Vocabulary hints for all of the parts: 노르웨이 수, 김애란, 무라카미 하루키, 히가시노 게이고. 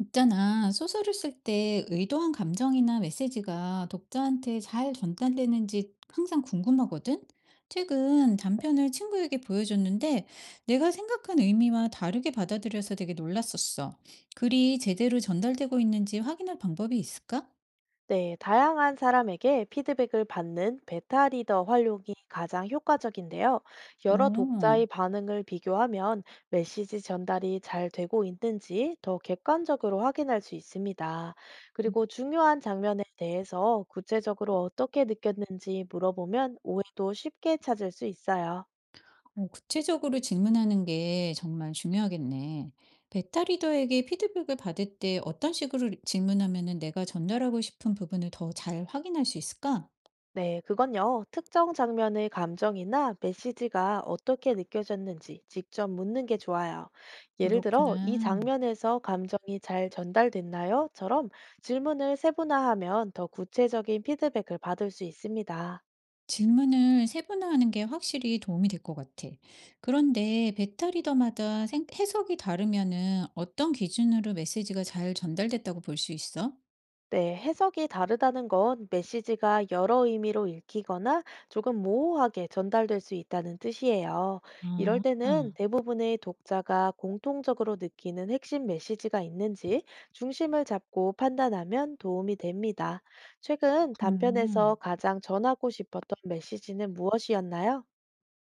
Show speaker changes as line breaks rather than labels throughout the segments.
있잖아, 소설을 쓸 때 의도한 감정이나 메시지가 독자한테 잘 전달되는지 항상 궁금하거든? 최근 단편을 친구에게 보여줬는데 내가 생각한 의미와 다르게 받아들여서 되게 놀랐었어. 글이 제대로 전달되고 있는지 확인할 방법이 있을까?
네, 다양한 사람에게 피드백을 받는 베타 리더 활용이 가장 효과적인데요. 여러 독자의
어,
반응을 비교하면 메시지 전달이 잘 되고 있는지 더 객관적으로 확인할 수 있습니다. 그리고 중요한 장면에 대해서 구체적으로 어떻게 느꼈는지 물어보면 오해도 쉽게 찾을 수 있어요.
구체적으로 질문하는 게 정말 중요하겠네. 베타 리더에게 피드백을 받을 때 어떤 식으로 질문하면 내가 전달하고 싶은 부분을 더 잘 확인할 수 있을까?
네, 그건요. 특정 장면의 감정이나 메시지가 어떻게 느껴졌는지 직접 묻는 게 좋아요. 예를 들어, "이
그렇구나.
장면에서 감정이 잘 전달됐나요?" 처럼 질문을 세분화하면 더 구체적인 피드백을 받을 수 있습니다.
질문을 세분화하는 게 확실히 도움이 될 것 같아. 그런데 베타 리더마다 해석이 다르면은 어떤 기준으로 메시지가 잘 전달됐다고 볼 수 있어?
네, 해석이 다르다는 건 메시지가 여러 의미로 읽히거나 조금 모호하게 전달될 수 있다는 뜻이에요. 이럴
아,
때는 대부분의 독자가 공통적으로 느끼는 핵심 메시지가 있는지 중심을 잡고 판단하면 도움이 됩니다. 최근 단편에서
그렇구나.
가장 전하고 싶었던 메시지는 무엇이었나요?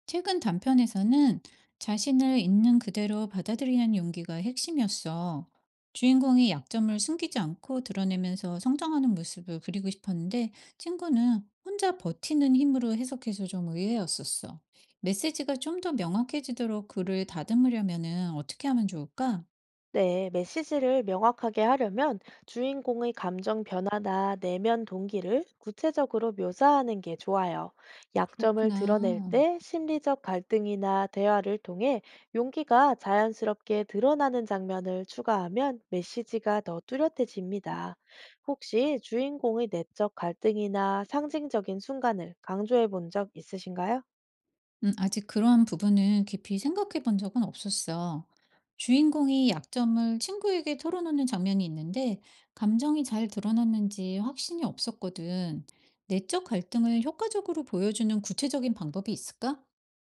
최근 단편에서는 자신을 있는 그대로 받아들이는 용기가 핵심이었어. 주인공이 약점을 숨기지 않고 드러내면서 성장하는 모습을 그리고 싶었는데 친구는 혼자 버티는 힘으로 해석해서 좀 의외였었어. 메시지가 좀 더 명확해지도록 글을 다듬으려면은 어떻게 하면 좋을까?
네, 메시지를 명확하게 하려면 주인공의 감정 변화나 내면 동기를 구체적으로 묘사하는 게 좋아요. 약점을
그렇구나.
드러낼 때 심리적 갈등이나 대화를 통해 용기가 자연스럽게 드러나는 장면을 추가하면 메시지가 더 뚜렷해집니다. 혹시 주인공의 내적 갈등이나 상징적인 순간을 강조해 본 적 있으신가요?
아직 그러한 부분은 깊이 생각해 본 적은 없었어. 주인공이 약점을 친구에게 털어놓는 장면이 있는데, 감정이 잘 드러났는지 확신이 없었거든. 내적 갈등을 효과적으로 보여주는 구체적인 방법이 있을까?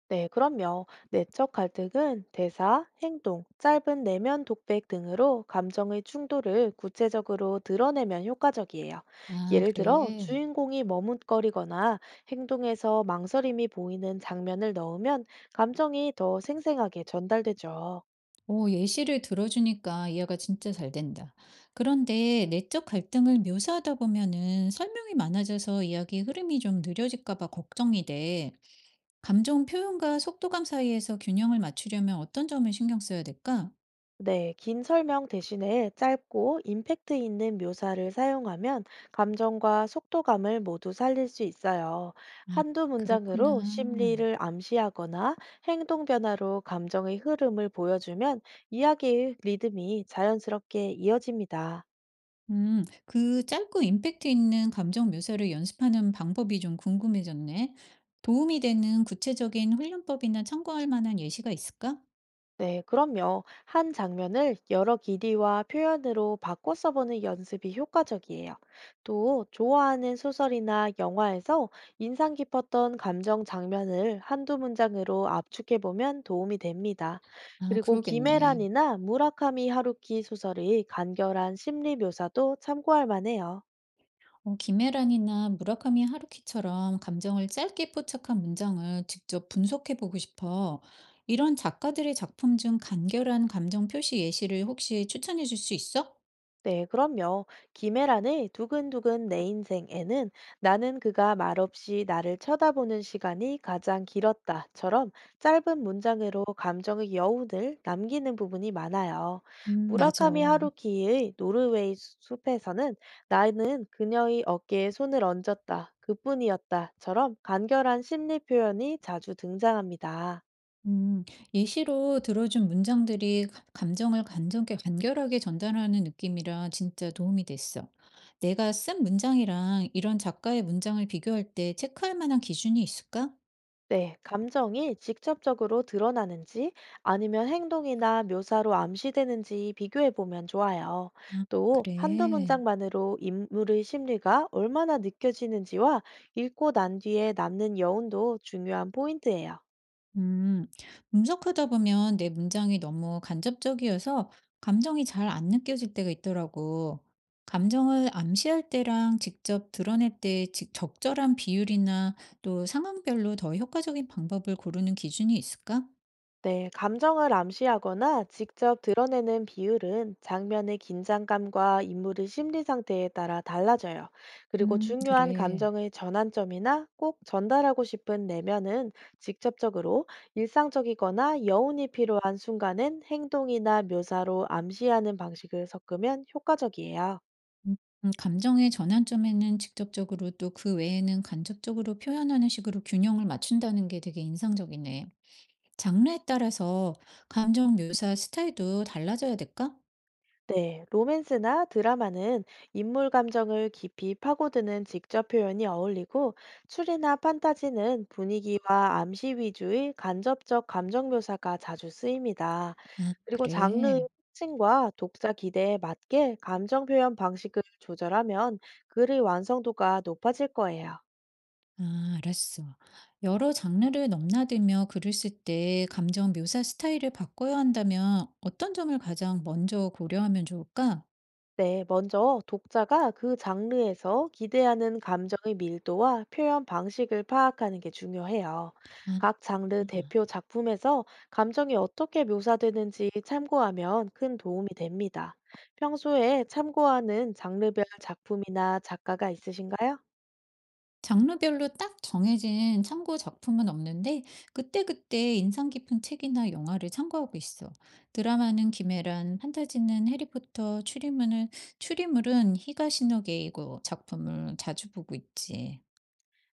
네, 그럼요. 내적 갈등은 대사, 행동, 짧은 내면 독백 등으로 감정의 충돌을 구체적으로 드러내면 효과적이에요.
아,
예를 들어,
그래.
주인공이 머뭇거리거나 행동에서 망설임이 보이는 장면을 넣으면 감정이 더 생생하게 전달되죠.
오, 예시를 들어주니까 이해가 진짜 잘 된다. 그런데 내적 갈등을 묘사하다 보면은 설명이 많아져서 이야기 흐름이 좀 느려질까 봐 걱정이 돼. 감정 표현과 속도감 사이에서 균형을 맞추려면 어떤 점을 신경 써야 될까?
네, 긴 설명 대신에 짧고 임팩트 있는 묘사를 사용하면 감정과 속도감을 모두 살릴 수 있어요.
아,
한두
그렇구나.
문장으로 심리를 암시하거나 행동 변화로 감정의 흐름을 보여주면 이야기의 리듬이 자연스럽게 이어집니다.
그 짧고 임팩트 있는 감정 묘사를 연습하는 방법이 좀 궁금해졌네. 도움이 되는 구체적인 훈련법이나 참고할 만한 예시가 있을까?
네, 그럼요. 한 장면을 여러 길이와 표현으로 바꿔 써보는 연습이 효과적이에요. 또, 좋아하는 소설이나 영화에서 인상 깊었던 감정 장면을 한두 문장으로 압축해보면 도움이 됩니다.
아,
그리고
그러겠네.
김애란이나 무라카미 하루키 소설의 간결한 심리 묘사도 참고할 만해요.
어, 김혜란이나 무라카미 하루키처럼 감정을 짧게 포착한 문장을 직접 분석해 보고 싶어. 이런 작가들의 작품 중 간결한 감정 표시 예시를 혹시 추천해 줄 수 있어?
네, 그럼요. 김혜란의 두근두근 내 인생에는 "나는 그가 말없이 나를 쳐다보는 시간이 가장 길었다처럼 짧은 문장으로 감정의 여운을 남기는 부분이 많아요.
맞아.
무라카미 하루키의 노르웨이 숲에서는 "나는 그녀의 어깨에 손을 얹었다. 그뿐이었다처럼 간결한 심리 표현이 자주 등장합니다.
음, 예시로 들어준 문장들이 감정을 간절하게, 간결하게 전달하는 느낌이라 진짜 도움이 됐어. 내가 쓴 문장이랑 이런 작가의 문장을 비교할 때 체크할 만한 기준이 있을까?
네, 감정이 직접적으로 드러나는지 아니면 행동이나 묘사로 암시되는지 비교해 보면 좋아요.
아,
또 한두
그래.
문장만으로 인물의 심리가 얼마나 느껴지는지와 읽고 난 뒤에 남는 여운도 중요한 포인트예요.
음, 분석하다 보면 내 문장이 너무 간접적이어서 감정이 잘 안 느껴질 때가 있더라고. 감정을 암시할 때랑 직접 드러낼 때 적절한 비율이나 또 상황별로 더 효과적인 방법을 고르는 기준이 있을까?
네, 감정을 암시하거나 직접 드러내는 비율은 장면의 긴장감과 인물의 심리 상태에 따라 달라져요. 그리고 중요한
그래.
감정의 전환점이나 꼭 전달하고 싶은 내면은 직접적으로, 일상적이거나 여운이 필요한 순간은 행동이나 묘사로 암시하는 방식을 섞으면 효과적이에요.
음, 감정의 전환점에는 직접적으로 또 그 외에는 간접적으로 표현하는 식으로 균형을 맞춘다는 게 되게 인상적이네. 장르에 따라서 감정 묘사 스타일도 달라져야 될까?
네, 로맨스나 드라마는 인물 감정을 깊이 파고드는 직접 표현이 어울리고, 추리나 판타지는 분위기와 암시 위주의 간접적 감정 묘사가 자주 쓰입니다.
아
그리고 장르의
그래?
특징과 독자 기대에 맞게 감정 표현 방식을 조절하면 글의 완성도가 높아질 거예요.
아 알았어. 여러 장르를 넘나들며 글을 쓸 때 감정 묘사 스타일을 바꿔야 한다면 어떤 점을 가장 먼저 고려하면 좋을까?
네, 먼저 독자가 그 장르에서 기대하는 감정의 밀도와 표현 방식을 파악하는 게 중요해요.
아.
각 장르 대표 작품에서 감정이 어떻게 묘사되는지 참고하면 큰 도움이 됩니다. 평소에 참고하는 장르별 작품이나 작가가 있으신가요?
장르별로 딱 정해진 참고 작품은 없는데 그때그때 인상 깊은 책이나 영화를 참고하고 있어. 드라마는 김애란, 판타지는 해리포터, 추리물은 히가시노 게이고 작품을 자주 보고 있지.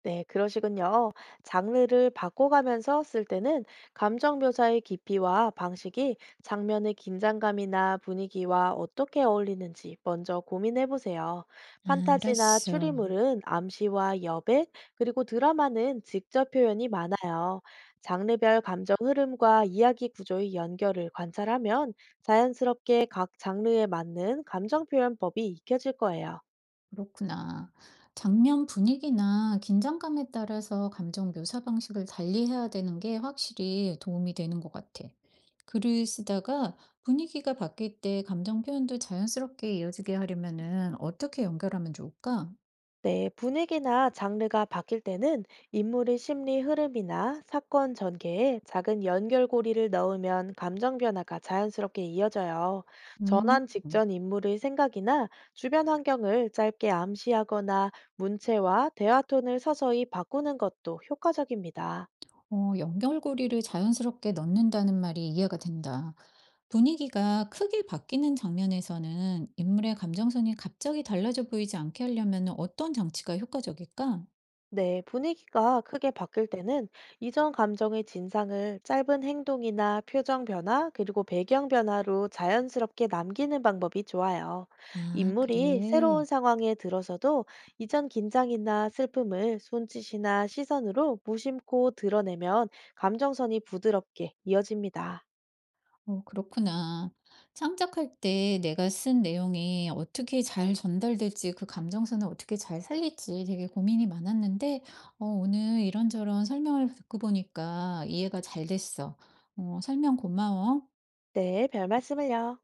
네, 그러시군요. 장르를 바꿔가면서 쓸 때는 감정 묘사의 깊이와 방식이 장면의 긴장감이나 분위기와 어떻게 어울리는지 먼저 고민해 보세요.
아,
판타지나
알았어.
추리물은 암시와 여백, 그리고 드라마는 직접 표현이 많아요. 장르별 감정 흐름과 이야기 구조의 연결을 관찰하면 자연스럽게 각 장르에 맞는 감정 표현법이 익혀질 거예요.
그렇구나. 장면 분위기나 긴장감에 따라서 감정 묘사 방식을 달리해야 되는 게 확실히 도움이 되는 것 같아. 글을 쓰다가 분위기가 바뀔 때 감정 표현도 자연스럽게 이어지게 하려면은 어떻게 연결하면 좋을까?
네, 분위기나 장르가 바뀔 때는 인물의 심리 흐름이나 사건 전개에 작은 연결고리를 넣으면 감정 변화가 자연스럽게 이어져요.
음,
전환 직전 인물의 생각이나 주변 환경을 짧게 암시하거나 문체와 대화 톤을 서서히 바꾸는 것도 효과적입니다.
어, 연결고리를 자연스럽게 넣는다는 말이 이해가 된다. 분위기가 크게 바뀌는 장면에서는 인물의 감정선이 갑자기 달라져 보이지 않게 하려면 어떤 장치가 효과적일까?
네, 분위기가 크게 바뀔 때는 이전 감정의 진상을 짧은 행동이나 표정 변화, 그리고 배경 변화로 자연스럽게 남기는 방법이 좋아요.
아,
인물이 새로운
그래.
상황에 들어서도 이전 긴장이나 슬픔을 손짓이나 시선으로 무심코 드러내면 감정선이 부드럽게 이어집니다.
어, 그렇구나. 창작할 때 내가 쓴 내용이 어떻게 잘 전달될지, 그 감정선을 어떻게 잘 살릴지 되게 고민이 많았는데, 어, 오늘 이런저런 설명을 듣고 보니까 이해가 잘 됐어. 어, 설명 고마워.
네, 별 말씀을요.